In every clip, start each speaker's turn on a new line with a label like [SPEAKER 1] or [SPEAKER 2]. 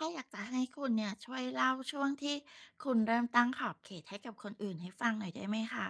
[SPEAKER 1] ก็อยากจะให้คุณเนี่ยช่วยเล่าช่วงที่คุณเริ่มตั้งขอบเขตให้กับคนอื่นให้ฟังหน่อยได้ไหมคะ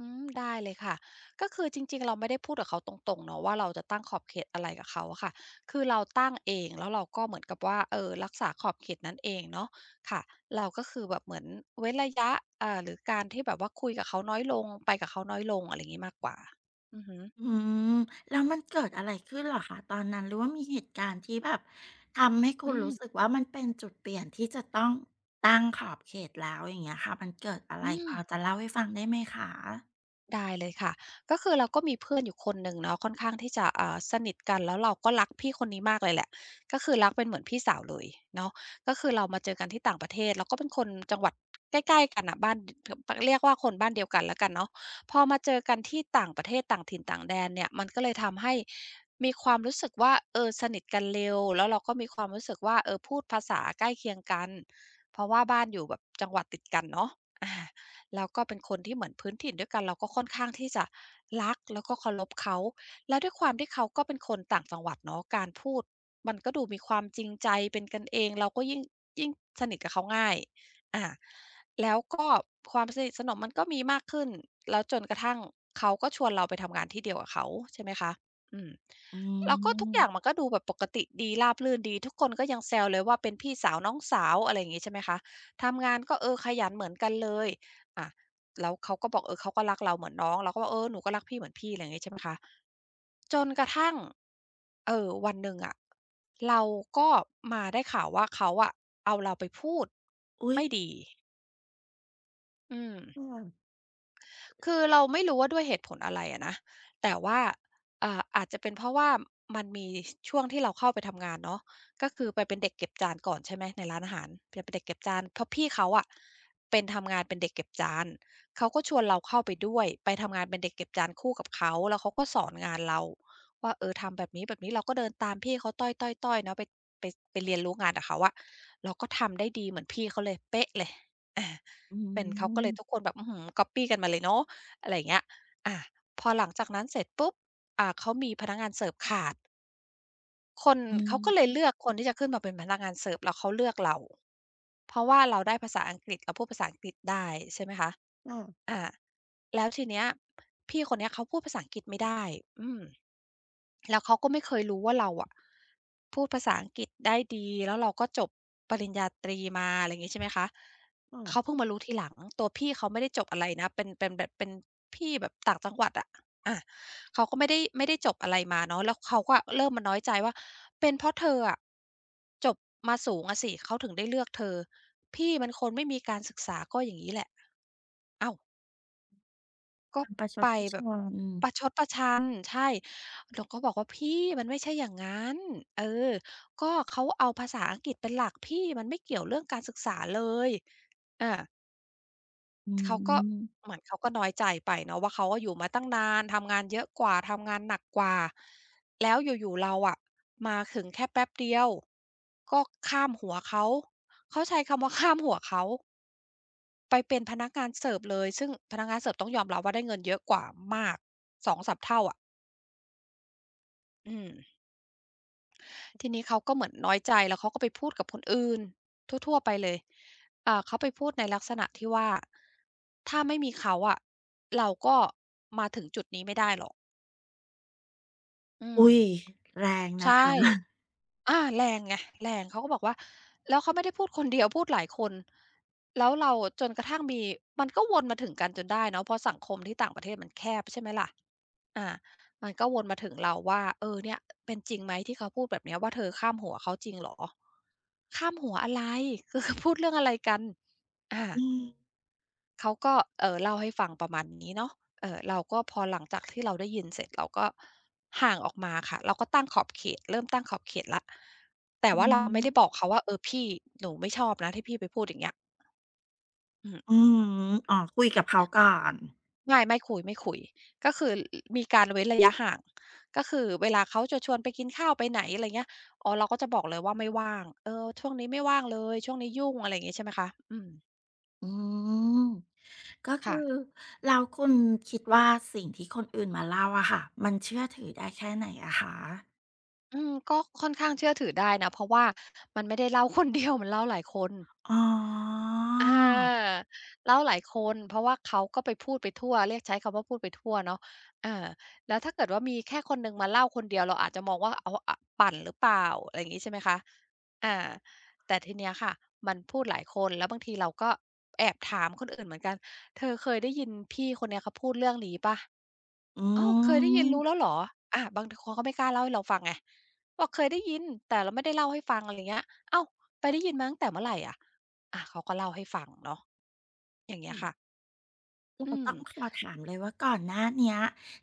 [SPEAKER 2] อืมได้เลยค่ะก็คือจริงๆเราไม่ได้พูดกับเขาตรงๆเนาะว่าเราจะตั้งขอบเขตอะไรกับเขาอะค่ะคือเราตั้งเองแล้วเราก็เหมือนกับว่ารักษาขอบเขตนั้นเองเนาะค่ะเราก็คือแบบเหมือนเว้นระยะหรือการที่แบบว่าคุยกับเขาน้อยลงไปกับเขาน้อยลงอะไรงี้มากกว่าอือฮึ
[SPEAKER 1] อืมแล้วมันเกิดอะไรขึ้นเหรอคะตอนนั้นหรือว่ามีเหตุการณ์ที่แบบทำให้คุ
[SPEAKER 2] อื
[SPEAKER 1] ณรู้สึก
[SPEAKER 2] ม
[SPEAKER 1] ว่ามันเป็นจุดเปลี่ยนที่จะต้องตั้งขอบเขตแล้วอย่างเงี้ยค่ะมันเกิดอะไร
[SPEAKER 2] อื
[SPEAKER 1] พ
[SPEAKER 2] ม
[SPEAKER 1] อจะเล่าให้ฟังได้ไหมคะ
[SPEAKER 2] ได้เลยค่ะก็คือเราก็มีเพื่อนอยู่คนหนึ่งเนาะค่อนข้างที่จะสนิทกันแล้วเราก็รักพี่คนนี้มากเลยแหละก็คือรักเป็นเหมือนพี่สาวเลยเนาะก็คือเรามาเจอกันที่ต่างประเทศเราก็เป็นคนจังหวัดใกล้ๆกันอ่ะบ้านเรียกว่าคนบ้านเดียวกันแล้วกันเนาะพอมาเจอกันที่ต่างประเทศต่างถิ่นต่างแดนเนี่ยมันก็เลยทำให้มีความรู้สึกว่าเออสนิทกันเร็วแล้วเราก็มีความรู้สึกว่าเออพูดภาษาใกล้เคียงกันเพราะว่าบ้านอยู่แบบจังหวัดติดกันเนาะอา แล้วก็เป็นคนที่เหมือนพื้นถิ่นด้วยกันเราก็ค่อนข้างที่จะรักแล้วก็เคารพเขาแล้วด้วยความที่เขาก็เป็นคนต่างจังหวัดเนาะการพูดมันก็ดูมีความจริงใจเป็นกันเองเราก็ยิ่งสนิทกับเขาง่ายอาแล้วก็ความสนิทสนมมันก็มีมากขึ้นแล้วจนกระทั่งเขาก็ชวนเราไปทำงานที่เดียวกับเขาใช่ไหมคะอืม
[SPEAKER 1] อื
[SPEAKER 2] แล้วก็ทุกอย่างมั
[SPEAKER 1] ม
[SPEAKER 2] นก็ดูแบบปกติดีราบรื่นดีทุกคนก็ยังแซวเลยว่าเป็นพี่สาวน้องสาวอะไรอย่างงี้ใช่ไหมคะทำงานก็เออขยันเหมือนกันเลย อะแล้วเขาก็บอกเออเขาก็รักเราเหมือนน้องเราก็บอกเออหนูก็รักพี่เหมือนพี่อะไรอย่างงี้ใช่ไหมคะจนกระทั่งวันหนึ่งอะเราก็มาได้ข่าวว่าเขาอะเอาเราไปพูด
[SPEAKER 1] อุ๊ย
[SPEAKER 2] ไม่ดีอืม
[SPEAKER 1] ค่ะ
[SPEAKER 2] คือเราไม่รู้ว่าด้วยเหตุผลอะไรอะนะแต่ว่าอาจจะเป็นเพราะว่ามันมีช่วงที่เราเข้าไปทำงานเนาะก็คือไปเป็นเด็กเก็บจานก่อนใช่ไหมในร้านอาหารไปเป็นเด็กเก็บจานเพราะพี่เขาอะเป็นทำงานเป็นเด็กเก็บจานเขาก็ชวนเราเข้าไปด้วยไปทำงานเป็นเด็กเก็บจานคู่กับเขาแล้วเขาก็สอนงานเราว่าเออทำแบบนี้แบบนี้เราก็เดินตามพี่เขาต้อยๆๆเนาะไปไปเรียนรู้งานกับเขาอะเราก็ทำได้ดีเหมือนพี่เขาเลยเป๊ะเลยอา
[SPEAKER 1] อื
[SPEAKER 2] เป็นเขาก็เลยทุก
[SPEAKER 1] ม
[SPEAKER 2] คนแบบอื้อฮือก๊อบปี้กันมาเลยเนาะอะไรอย่างเงี้ยอาพอหลังจากนั้นเสร็จปุ๊บเขามีพนักงานเสิร์ฟขาดคน
[SPEAKER 1] อื
[SPEAKER 2] เขา
[SPEAKER 1] ม
[SPEAKER 2] ก็เลยเลือกคนที่จะขึ้นมาเป็นพนักงานเสิร์ฟแล้วเขาเลือกเราเพราะว่าเราได้ภาษาอังกฤษเราพูดภาษาอังกฤษได้ใช่ไหมคะ
[SPEAKER 1] ค่ะ
[SPEAKER 2] อาแล้วทีเนี้ยพี่คนเนี้ยเขาพูดภาษาอังกฤษไม่ได้อืม แล้วเขาก็ไม่เคยรู้ว่าเราอะพูดภาษาอังกฤษได้ดีแล้วเราก็จบปริญญาตรีมาอะไรอย่างงี้ใช่ไหมคะเขา
[SPEAKER 1] ค่ะ
[SPEAKER 2] เพิ่งมารู้ทีหลังตัวพี่เขาไม่ได้จบอะไรนะเป็นแบบเป็นพี่แบบต่างจังหวัดอะอาเขาก็ไม่ได้จบอะไรมาเนาะแล้วเขาก็เริ่มมาน้อยใจว่าเป็นเพราะเธออะจบมาสูงอะสิเขาถึงได้เลือกเธอพี่มันคนไม่มีการศึกษาก็อย่างงี้แหละอ้าว
[SPEAKER 1] ค
[SPEAKER 2] ก็
[SPEAKER 1] วามประชด
[SPEAKER 2] ไป
[SPEAKER 1] ประช
[SPEAKER 2] แบบ
[SPEAKER 1] ัน
[SPEAKER 2] ประชดประชันใช่เราก็บอกว่าพี่มันไม่ใช่อย่างงั้นเออก็เขาเอาภาษาอังกฤษเป็นหลักพี่มันไม่เกี่ยวเรื่องการศึกษาเลยอา
[SPEAKER 1] อื
[SPEAKER 2] เขาก็
[SPEAKER 1] ม
[SPEAKER 2] เหมือนเขาก็น้อยใจไปเนาะว่าเขาอะอยู่มาตั้งนานทำงานเยอะกว่าทำงานหนักกว่าแล้วอยู่ๆเราอะมาถึงแค่แป๊บเดียวก็ข้ามหัวเขาเขาใช้คำว่าข้ามหัวเขา ไปเป็นพนักงานเสิร์ฟเลยซึ่งพนักงานเสิร์ฟต้องยอมรับว่าได้เงินเยอะกว่ามากสองสามเท่าอะอืมทีนี้เขาก็เหมือนน้อยใจแล้วเขาก็ไปพูดกับคนอื่นทั่วๆไปเลยเขาไปพูดในลักษณะที่ว่าถ้าไม่มีเขาอะเราก็มาถึงจุดนี้ไม่ได้หรอกอืม
[SPEAKER 1] อุ๊ยแรงนะ
[SPEAKER 2] ใช่
[SPEAKER 1] คะ
[SPEAKER 2] แรงไงแรงเขาก็บอกว่าแล้วเขาไม่ได้พูดคนเดียวพูดหลายคนแล้วเราจนกระทั่งมีมันก็วนมาถึงกันจนได้เนาะเพราะสังคมที่ต่างประเทศมันแคบใช่ไหมล่ะอามันก็วนมาถึงเราว่าเออเนี่ยเป็นจริงไหมที่เขาพูดแบบเนี้ยว่าเธอข้ามหัวเขาจริงเหรอข้ามหัวอะไรคือ พูดเรื่องอะไรกันอา
[SPEAKER 1] อืม
[SPEAKER 2] เขาก็เล่าให้ฟังประมาณนี้เนาะเราก็พอหลังจากที่เราได้ยินเสร็จเราก็ห่างออกมาค่ะ เราก็ตั้งขอบเขตเริ่มตั้งขอบเขตแล้วแต่
[SPEAKER 1] อื
[SPEAKER 2] ว่าเราไม่ได้บอ
[SPEAKER 1] ม
[SPEAKER 2] กเขาว่าเออพี่หนูไม่ชอบนะที่พี่ไปพูดอย่างเงี้ยอื
[SPEAKER 1] อื
[SPEAKER 2] ม
[SPEAKER 1] มอ๋อคุยกับเขาก่อน
[SPEAKER 2] ไม่ไม่คุย ก็คืออมีการเว้นระยะห่าง ก็คือเวลาเขาจะชวนไปกินข้าวไปไหนอะไรเงี้ยอ๋อเราก็จะบอกเลยว่าไม่ว่างเออช่วงนี้ไม่ว่างเลยช่วงนี้ยุ่งอะไรอย่างงี้ใช่ไหมคะอืม
[SPEAKER 1] อืมก็คือ
[SPEAKER 2] ค่ะ
[SPEAKER 1] แล้วคุณคิดว่าสิ่งที่คนอื่นมาเล่าอะค่ะมันเชื่อถือได้แค่ไหนอะคะ
[SPEAKER 2] อืมก็ค่อนข้างเชื่อถือได้นะเพราะว่ามันไม่ได้เล่า คนเดียวมันเล่าหลายคน
[SPEAKER 1] อ๋อ
[SPEAKER 2] อาเล่าหลายคนเพราะว่าเขาก็ไปพูดไปทั่วเรียกใช้คำว่าพูดไปทั่วเนาะอาแล้วถ้าเกิดว่ามีแค่คนหนึ่งมาเล่าคนเดียวเราอาจจะมองว่าเอาอะปั่นหรือเปล่าอะไรอย่างงี้ใช่ไหมคะอาแต่ทีเนี้ยค่ะมันพูดหลายคนแล้วบางทีเราก็แอบถามคนอื่นเหมือนกันเธอเคยได้ยินพี่คนเนี้ยเขาพูดเรื่องนี้เปล่า
[SPEAKER 1] อื
[SPEAKER 2] อ้าวเคยได้ยิน
[SPEAKER 1] ม
[SPEAKER 2] รู้แล้วเหรอบางทคนเขาไม่กล้าเล่าให้เราฟังไงบอกเคยได้ยินแต่เราไม่ได้เล่าให้ฟังอะไรเงี้ยอ้าวไปได้ยินมาตั้งแต่เมื่อไรอะเขาก็เล่าให้ฟังเนาะอย่างเงี้ยค่ะอื
[SPEAKER 1] เรา
[SPEAKER 2] ม
[SPEAKER 1] ต้องขอถามเลยว่าก่อนหน้าเนี้ย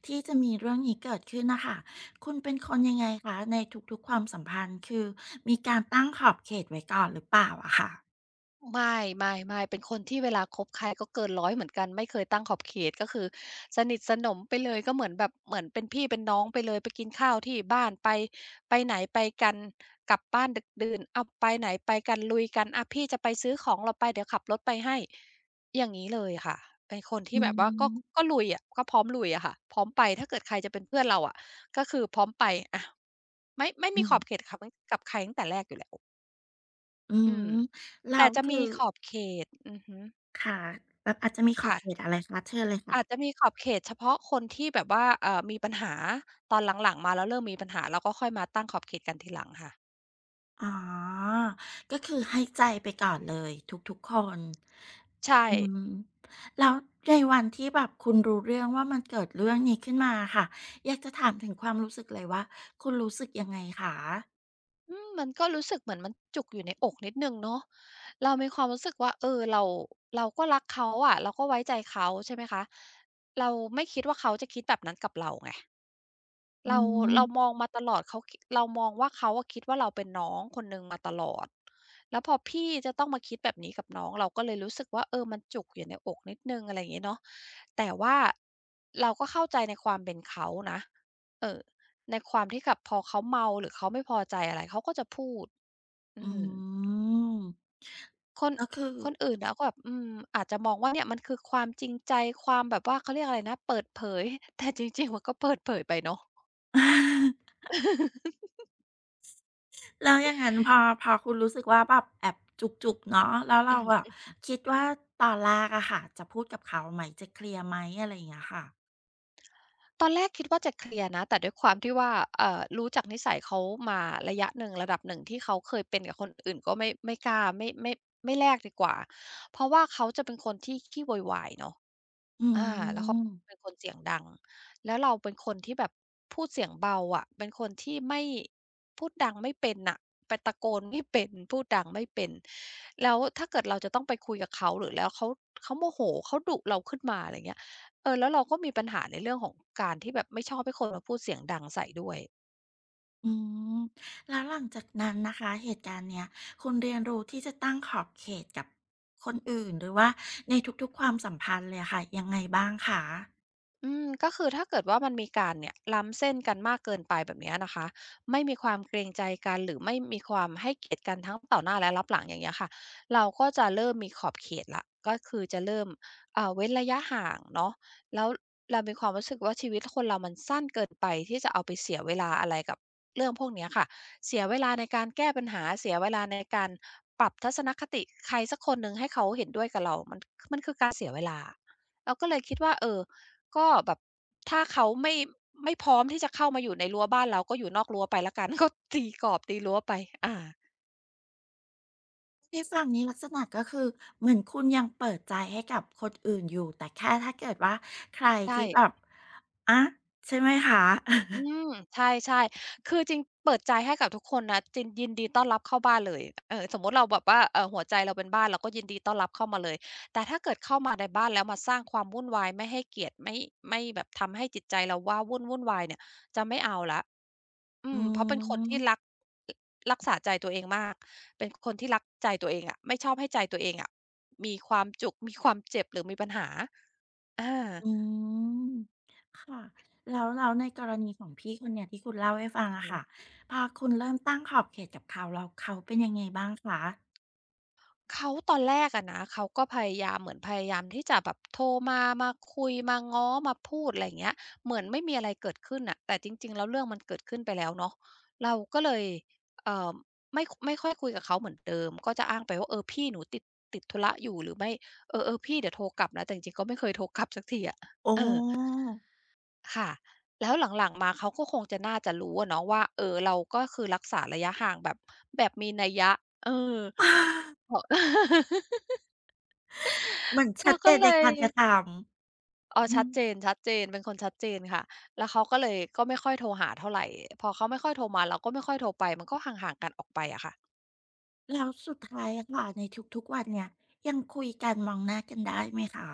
[SPEAKER 1] ที่จะมีเรื่องนี้เกิดขึ้นน่ะค่ะคุณเป็นคนยังไงคะในทุกๆความสัมพันธ์คือมีการตั้งขอบเขตไว้ก่อนหรือเปล่าอะค่ะ
[SPEAKER 2] ไม่ไม่ไม่เป็นคนที่เวลาคบใครก็เกินร้อยเหมือนกันไม่เคยตั้งขอบเขตก็คือสนิทสนมไปเลยก็เหมือนแบบเหมือนเป็นพี่เป็นน้องไปเลยไปกินข้าวที่บ้านไหนไปกันกลับบ้านดึกดื่นอ้าวไปไหนไปกันลุยกันอะพี่จะไปซื้อของเราไปเดี๋ยวขับรถไปให้อย่างงี้เลยค่ะเป็นคน
[SPEAKER 1] อื
[SPEAKER 2] ที่แบบว่าก็
[SPEAKER 1] ม
[SPEAKER 2] ก็ลุยอะก็พร้อมลุยอะค่ะพร้อมไปถ้าเกิดใครจะเป็นเพื่อนเราอะก็คือพร้อมไปอะไม่
[SPEAKER 1] อื
[SPEAKER 2] มีข
[SPEAKER 1] ม
[SPEAKER 2] อบเขตขกับใครตั้งแต่แรกอยู่แล้ว
[SPEAKER 1] อื
[SPEAKER 2] อื
[SPEAKER 1] ม
[SPEAKER 2] ม
[SPEAKER 1] แล้
[SPEAKER 2] แต่
[SPEAKER 1] ว
[SPEAKER 2] จะ
[SPEAKER 1] คือ
[SPEAKER 2] มีขอบเขตอือฮึ
[SPEAKER 1] ค่ะแบบอาจจะมีขอบ
[SPEAKER 2] ค่ะ
[SPEAKER 1] เขตอะไรคะเชิญเลยค่ะ
[SPEAKER 2] อาจจะมีขอบเขตเฉพาะคนที่แบบว่ามีปัญหาตอนหลังๆมาแล้วเริ่มมีปัญหาเราก็ค่อยมาตั้งขอบเขตกันทีหลังค่ะ
[SPEAKER 1] อ๋อ ก็คือให้ใจไปก่อนเลยทุกๆคน
[SPEAKER 2] ใช่
[SPEAKER 1] อืมแล้วในวันที่แบบคุณรู้เรื่องว่ามันเกิดเรื่องนี้ขึ้นมาค่ะอยากจะถามถึงความรู้สึกเลยว่าคุณรู้สึกยังไงคะ
[SPEAKER 2] อืมมันก็รู้สึกเหมือนมันจุกอยู่ในอกนิดหนึ่งเนาะเรามีความรู้สึกว่าเออเราก็รักเขาอะเราก็ไว้ใจเขาใช่ไหมคะเราไม่คิดว่าเขาจะคิดแบบนั้นกับเราไง
[SPEAKER 1] อื
[SPEAKER 2] เรา
[SPEAKER 1] ม
[SPEAKER 2] เรามองมาตลอดเขาคิเรามองว่าเขาอะคิดว่าเราเป็นน้องคนหนึ่งมาตลอดแล้วพอพี่จะต้องมาคิดแบบนี้กับน้องเราก็เลยรู้สึกว่าเออมันจุกอยู่ในอกนิดหนึ่งอะไรอย่างงี้เนาะแต่ว่าเราก็เข้าใจในความเป็นเขานะเอ่อในความที่กับพอเขาเมาหรือเขาไม่พอใจอะไรเขาก็จะพูด
[SPEAKER 1] อ
[SPEAKER 2] อืม
[SPEAKER 1] ืม
[SPEAKER 2] คน
[SPEAKER 1] ก็คือ
[SPEAKER 2] คนอื่นน่ะก็แบบอืมอาจจะมองว่าเนี่ยมันคือความจริงใจความแบบว่าเขาเรียกอะไรนะเปิดเผยแต่จริงๆมันก็เปิดเผยไปเนาะ
[SPEAKER 1] แล้วอย่างนั้นพอพอคุณรู้สึกว่าแบบแอบจุกๆเนาะแล้ว
[SPEAKER 2] อื
[SPEAKER 1] เรา
[SPEAKER 2] อฮึ
[SPEAKER 1] อะคิดว่าตอนแรกอะค่ะจะพูดกับเขาไหมจะเคลียร์ไหมอะไรอย่างเงี้ยค่ะ
[SPEAKER 2] ตอนแรกคิดว่าจะเคลียร์นะแต่ด้วยความที่ว่ารู้จักนิสัยเขามาระยะหนึ่งระดับหนึ่งที่เขาเคยเป็นกับคนอื่นก็ไม่ไม่กล้าไม่ไม่ไม่แลกดีกว่าเพราะว่าเขาจะเป็นคนที่ขี้โวยวายเนาะ
[SPEAKER 1] อื
[SPEAKER 2] แล้วเขาเป็น
[SPEAKER 1] ม
[SPEAKER 2] คนเสียงดังแล้วเราเป็นคนที่แบบพูดเสียงเบาอะเป็นคนที่ไม่พูดดังไม่เป็นน่ะไปตะโกนไม่เป็นพูดดังไม่เป็นแล้วถ้าเกิดเราจะต้องไปคุยกับเขาหรือแล้วเขาโมโหเขาดุเราขึ้นมาอะไรเงี้ยเออแล้วเราก็มีปัญหาในเรื่องของการที่แบบไม่ชอบให้คนมาพูดเสียงดังใส่ด้วย
[SPEAKER 1] อืมแล้วหลังจากนั้นนะคะเหตุการณ์เนี้ยคุณเรียนรู้ที่จะตั้งขอบเขตกับคนอื่นหรือว่าในทุกๆความสัมพันธ์เลยค่ะยังไงบ้างคะ
[SPEAKER 2] ก็คือถ้าเกิดว่ามันมีการเนี่ยล้ำเส้นกันมากเกินไปแบบเนี้ยนะคะไม่มีความเกรงใจกันหรือไม่มีความให้เกียรติกันทั้งต่อหน้าและรับหลังอย่างเงี้ยค่ะเราก็จะเริ่มมีขอบเขตละก็คือจะเริ่มเว้นระยะห่างเนาะแล้วเรามีความรู้สึกว่าชีวิตคนเรามันสั้นเกินไปที่จะเอาไปเสียเวลาอะไรกับเรื่องพวกเนี้ยค่ะเสียเวลาในการแก้ปัญหาเสียเวลาในการปรับทัศนคติใครสักคนหนึ่งให้เขาเห็นด้วยกับเรามันคือการเสียเวลาเราก็เลยคิดว่าเออ ก็แบบถ้าเขาไม่พร้อมที่จะเข้ามาอยู่ในรั้วบ้านเราก็อยู่นอกรั้วไปแล้วกัน ก็ตีกรอบตีรั้วไปอา
[SPEAKER 1] ที่ฟังนี้ลักษณะก็คือเหมือนคุณยังเปิดใจให้กับคนอื่นอยู่แต่แค่ถ้าเกิดว่าใคร
[SPEAKER 2] ใช่
[SPEAKER 1] ที่แบบอะใช่ไหมคะ
[SPEAKER 2] อืมใช่ๆคือจริงเปิดใจให้กับทุกคนนะจินยินดีต้อนรับเข้าบ้านเลยสมมุติเราแบบว่าหัวใจเราเป็นบ้านเราก็ยินดีต้อนรับเข้ามาเลยแต่ถ้าเกิดเข้ามาในบ้านแล้วมาสร้างความวุ่นวายไม่ให้เกียรติไม่แบบทำให้จิตใจเราว้าวุ่นวุ่นวายเนี่ยจะไม่เอาแล้วอื
[SPEAKER 1] อื
[SPEAKER 2] มเพราะเป็นคนที่
[SPEAKER 1] ม
[SPEAKER 2] รักษาใจตัวเองมากเป็นคนที่รักใจตัวเองอะไม่ชอบให้ใจตัวเองอะมีความจุกมีความเจ็บหรือมีปัญหาอา
[SPEAKER 1] อืมค่ะแล้วแล้วในกรณีของพี่คนเนี้ยที่คุณเล่าให้ฟัง
[SPEAKER 2] อือ
[SPEAKER 1] อะ
[SPEAKER 2] ฮึ
[SPEAKER 1] ค่ะพอคุณเริ่มตั้งขอบเขตกับเขาแล้วเขาเป็นยังไงบ้างคะ
[SPEAKER 2] เขาตอนแรกอะนะเขาก็พยายามเหมือนพยายามที่จะแบบโทรมาคุยมาง้อมาพูดอะไรอย่างเงี้ยเหมือนไม่มีอะไรเกิดขึ้นน่ะแต่จริงๆแล้วเรื่องมันเกิดขึ้นไปแล้วเนาะเราก็เลยเอ่อไม่ค่อยคุยกับเขาเหมือนเดิมก็จะอ้างไปว่าเออพี่หนูติดธุระอยู่หรือไม่เออๆพี่เดี๋ยวโทรกลับนะแต่จริงๆก็ไม่เคยโทรกลับสักทีอะ
[SPEAKER 1] โอ้
[SPEAKER 2] เออค่ะแล้วหลังๆมาเขาก็คงจะน่าจะรู้อะเนาะว่าเออเราก็คือรักษาระยะห่างแบบมีนัยยะเออพอ
[SPEAKER 1] เหมอนชั
[SPEAKER 2] ก็
[SPEAKER 1] ดเจ
[SPEAKER 2] ก็
[SPEAKER 1] น
[SPEAKER 2] เล
[SPEAKER 1] ใน
[SPEAKER 2] ย
[SPEAKER 1] การกระทำอื
[SPEAKER 2] ชั
[SPEAKER 1] ม
[SPEAKER 2] ดเจนๆเจนเป็นคนชัดเจนค่ะแล้วเขาก็เลยก็ไม่ค่อยโทรหาเท่าไรพอเขาไม่ค่อยโทรมาเราก็ไม่ค่อยโทรไปมันก็ห่างๆกันออกไปอะค่ะ
[SPEAKER 1] แล้วสุดท้ายอะค่ะในทุกๆวันเนี่ยยังคุยกันมองหน้ากันได้ไหมคะ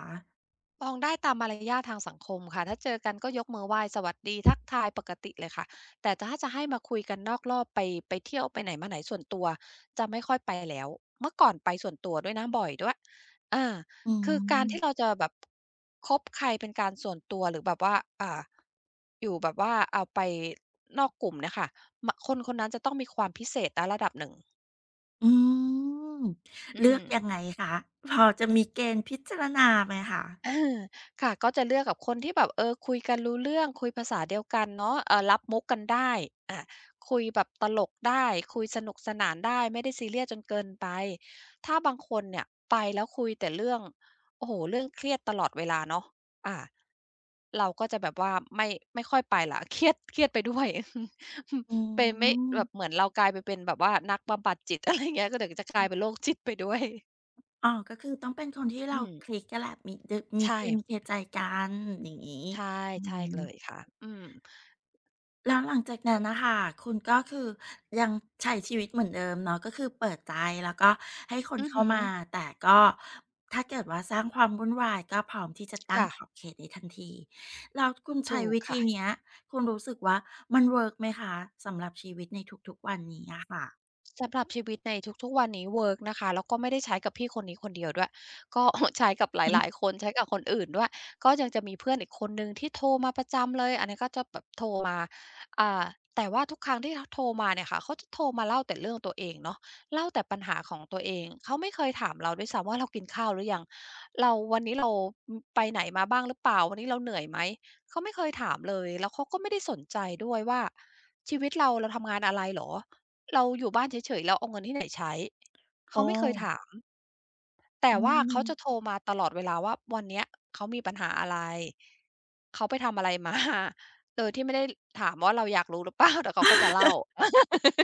[SPEAKER 2] มองได้ตามมารยาททางสังคมค่ะถ้าเจอกันก็ยกมือไหว้สวัสดีทักทายปกติเลยค่ะแต่ถ้าจะให้มาคุยกันนอกรอบไปเที่ยวไปไหนมาไหนส่วนตัวจะไม่ค่อยไปแล้วเมื่อก่อนไปส่วนตัวด้วยนะบ่อยด้วยอา
[SPEAKER 1] อื
[SPEAKER 2] คือการที่เรา
[SPEAKER 1] ม
[SPEAKER 2] จะแบบคบใครเป็นการส่วนตัวหรือแบบว่าอ่าอยู่แบบว่าเอาไปนอกกลุ่มเนี่ยค่ะมะคนคนนั้นจะต้องมีความพิเศษนะระดับหนึ่ง
[SPEAKER 1] อืม
[SPEAKER 2] อื
[SPEAKER 1] เลือ
[SPEAKER 2] ม
[SPEAKER 1] กยังไงคะพอจะมีเกณฑ์พิจารณาไหมคะ
[SPEAKER 2] อาค่ะก็จะเลือกกับคนที่แบบเออคุยกันรู้เรื่องคุยภาษาเดียวกันเนาะรับมุกกันได้อาคุยแบบตลกได้คุยสนุกสนานได้ไม่ได้ซีเรียสจนเกินไปถ้าบางคนเนี่ยไปแล้วคุยแต่เรื่องโอ้โฮเรื่องเครียดตลอดเวลาเนาะอาเราก็จะแบบว่าไม่ค่อยไปแล้ว เครียดเครียดไปด้วย
[SPEAKER 1] อื
[SPEAKER 2] เป็นไม่แบบเหมื
[SPEAKER 1] ม
[SPEAKER 2] อนเรากลายไปเป็นแบบว่านักบำบัดจิต อะไรอย่างเงี้ยก็เดี๋ยวจะกลายเป็นโรคจิตไปด้วย
[SPEAKER 1] อ๋อ ก็คือต้องเป็นคนที่เรา
[SPEAKER 2] อืม
[SPEAKER 1] คลิกกันแหละมีดมีเค
[SPEAKER 2] ใช่
[SPEAKER 1] มีเคใจกันอย่างงี้
[SPEAKER 2] ใช่
[SPEAKER 1] อื
[SPEAKER 2] ใช่
[SPEAKER 1] ม
[SPEAKER 2] เลยค่ะ อืม
[SPEAKER 1] แล้วหลังจากนั้นน่ะค่ะคุณก็คือยังใช้ชีวิตเหมือนเดิมเนาะก็คือเปิดใจแล้วก็ให้คน
[SPEAKER 2] อือ
[SPEAKER 1] เข้า
[SPEAKER 2] ฮึ
[SPEAKER 1] มา แต่ก็ถ้าเกิดว่าสร้างความวุ่นวายก็พร้อมที่จะตั้ง
[SPEAKER 2] ค่ะ
[SPEAKER 1] ขอบเขตในทันทีแล้วคุณใช้
[SPEAKER 2] ถูก
[SPEAKER 1] วิธี
[SPEAKER 2] ค่ะ
[SPEAKER 1] เนี้ยคุณรู้สึกว่ามันเวิร์กไหมคะสำหรับชีวิตในทุกๆวันนี้อะค่ะ
[SPEAKER 2] สำหรับชีวิตในทุกๆวันนี้เวิร์กนะคะแล้วก็ไม่ได้ใช้กับพี่คนนี้คนเดียวด้วย ก็ใช้กับห
[SPEAKER 1] อือ
[SPEAKER 2] ลายๆคนใช้กับคนอื่นด้วยก็ยังจะมีเพื่อนอีกคนหนึ่งที่โทรมาประจำเลยอันนี้ก็จะแบบโทรมาอ่าแต่ว่าทุกครั้งที่เขาโทรมาเนี่ยค่ะเขาจะโทรมาเล่าแต่เรื่องตัวเองเนาะเล่าแต่ปัญหาของตัวเองเขาไม่เคยถามเราด้วยซ้ำว่าเรากินข้าวหรือยังเราวันนี้เราอืมไปไหนมาบ้างหรือเปล่าวันนี้เราเหนื่อยไหมเขาไม่เคยถามเลยแล้วเขาก็ไม่ได้สนใจด้วยว่าชีวิตเราเราทำงานอะไรเหรอ เราอยู่บ้านเฉยๆเราเอาเงินที่ไหนใช้
[SPEAKER 1] อ๋
[SPEAKER 2] เขา
[SPEAKER 1] อ
[SPEAKER 2] ไม่เคยถาม แต่
[SPEAKER 1] อื
[SPEAKER 2] ว่าเขาจะโทร
[SPEAKER 1] ม
[SPEAKER 2] มาตลอดเวลาว่าวันเนี้ยเขามีปัญหาอะไร เขาไปทำอะไรมา โดยที่ไม่ได้ถามว่าเราอยากรู้หรือเปล่า แต่เขาก็จะเล่า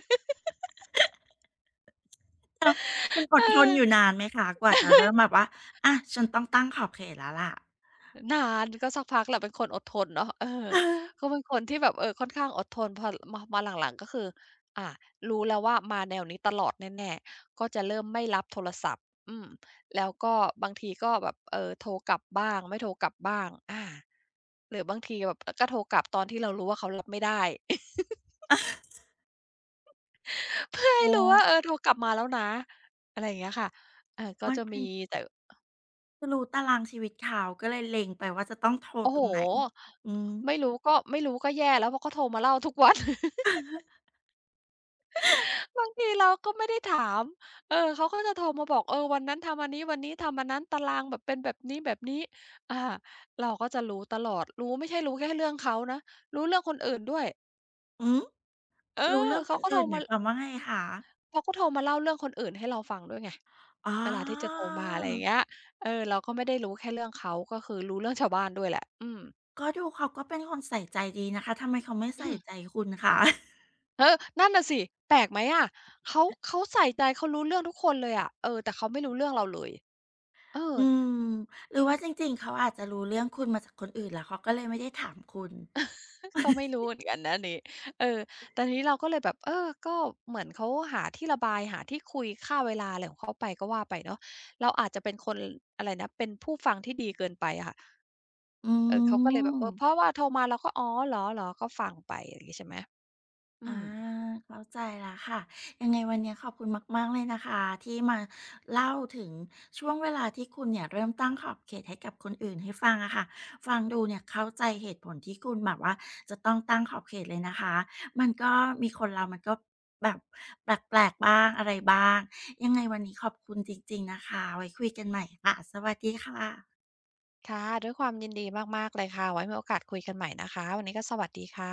[SPEAKER 1] แล้วคุณอ
[SPEAKER 2] เ
[SPEAKER 1] ดทนอยู่
[SPEAKER 2] ออ
[SPEAKER 1] นานไหมคะกว่าจะเริ่มแบบว่าอะฉันต้องตั้งขอบเขตแล้วล่ะ
[SPEAKER 2] นานก็สักพักแหละเป็นคนอดทนเนาะเออ
[SPEAKER 1] อ
[SPEAKER 2] ก็เป็นคนที่แบบเออค่อนข้างอดทนพอมาหลังๆก็คืออ่ารู้แล้วว่ามาแนวนี้ตลอดแน่ๆก็จะเริ่มไม่รับโทรศัพท์อืมแล้วก็บางทีก็แบบเออโทรกลับบ้างไม่โทรกลับบ้างอาหรือบางทีแบบอก็โทรกลับตอนที่เรารู้ว่าเขารับไม่ได้ เพื่อ
[SPEAKER 1] ๋อ
[SPEAKER 2] ให้รู้ว่าเออโทรกลับมาแล้วนะอะไรอย่างเงี้ยค่ะเออก็
[SPEAKER 1] มัน
[SPEAKER 2] จะ
[SPEAKER 1] เป็
[SPEAKER 2] มี
[SPEAKER 1] น
[SPEAKER 2] แต่
[SPEAKER 1] รู้ตารางชีวิตเขาก็เลยเล็งไปว่าจะต้องโทร
[SPEAKER 2] โอ้
[SPEAKER 1] ต
[SPEAKER 2] โฮ
[SPEAKER 1] รงไหนอืม
[SPEAKER 2] ไม่รู้ก็ไม่รู้ก็แย่แล้วเพราะเขาโทรมาเล่าทุกวัน บางทีเราก็ไม่ได้ถาม เออเขาก็จะโทรมาบอกเออวันนั้นทำอันนี้วันนี้ทำอันนั้นตารางแบบเป็นแบบนี้แบบนี้อาเราก็จะรู้ตลอด ไม่ใช่รู้แค่เรื่องเขานะรู้เรื่องคนอื่นด้วย
[SPEAKER 1] หือ
[SPEAKER 2] เออ
[SPEAKER 1] รู้เรื่องค
[SPEAKER 2] เขา
[SPEAKER 1] น
[SPEAKER 2] ก็โทร
[SPEAKER 1] อื่นห
[SPEAKER 2] มา
[SPEAKER 1] มายความว่าไงคะ
[SPEAKER 2] เขาก็โทรมาเล่าเรื่องคนอื่นให้เราฟังด้วยไง
[SPEAKER 1] อ๋อ
[SPEAKER 2] เวลาที่จะโทรมาอะไรอย่างเงี้ยเออเราก็ไม่ได้รู้แค่เรื่องเขาก็คือรู้เรื่องชาวบ้านด้วยแหละอืม
[SPEAKER 1] ก็ดูเขาก็เป็นคนใส่ใจดีนะคะทำไมเขาไม่ใส่ใจคุณคะ
[SPEAKER 2] เออนั่นน่ะสิแปลกไหมอะเขาใส่ใจเขารู้เรื่องทุกคนเลยอะเออแต่เขาไม่รู้เรื่องเราเลยเออ
[SPEAKER 1] อืมหรือว่าจริงๆ เขาอาจจะรู้เรื่องคุณมาจากคนอื่นแล้วเขาก็เลยไม่ได้ถามคุณ
[SPEAKER 2] ก็ไม่ รู้เหมือนกันนะอันนี่เออแต่ทีนี้เราก็เลยแบบเออก็เหมือนเขาหาที่ระบายหาที่คุยฆ่าเวลาอะไรของเขาไปก็ว่าไปเนาะเราอาจจะเป็นคนอะไรนะเป็นผู้ฟังที่ดีเกินไปอะค่ะ
[SPEAKER 1] อื
[SPEAKER 2] เออเขาก็เลยแบบเออเพ
[SPEAKER 1] ม
[SPEAKER 2] ราะว่าโทรมาเราก็อ๋อเหรอๆก็ฟังไปอย่างงี้ใช่ไหมอื
[SPEAKER 1] อา
[SPEAKER 2] ม
[SPEAKER 1] เข้าใจแล้วค่ะยังไงวันนี้ขอบคุณมากๆเลยนะคะที่มาเล่าถึงช่วงเวลาที่คุณเนี่ยเริ่มตั้งขอบเขตให้กับคนอื่นให้ฟังอะค่ะฟังดูเนี่ยเข้าใจเหตุผลที่คุณแบบว่าจะต้องตั้งขอบเขตเลยนะคะมันก็มีคนเรามันก็แบบแปลกๆบ้างอะไรบ้างยังไงวันนี้ขอบคุณจริงๆนะคะไว้คุยกันใหม่ค่ะสวัสดีค่ะ
[SPEAKER 2] ค่ะด้วยความยินดีมากๆเลยค่ะไว้มีโอกาสคุยกันใหม่นะคะวันนี้ก็สวัสดีค่ะ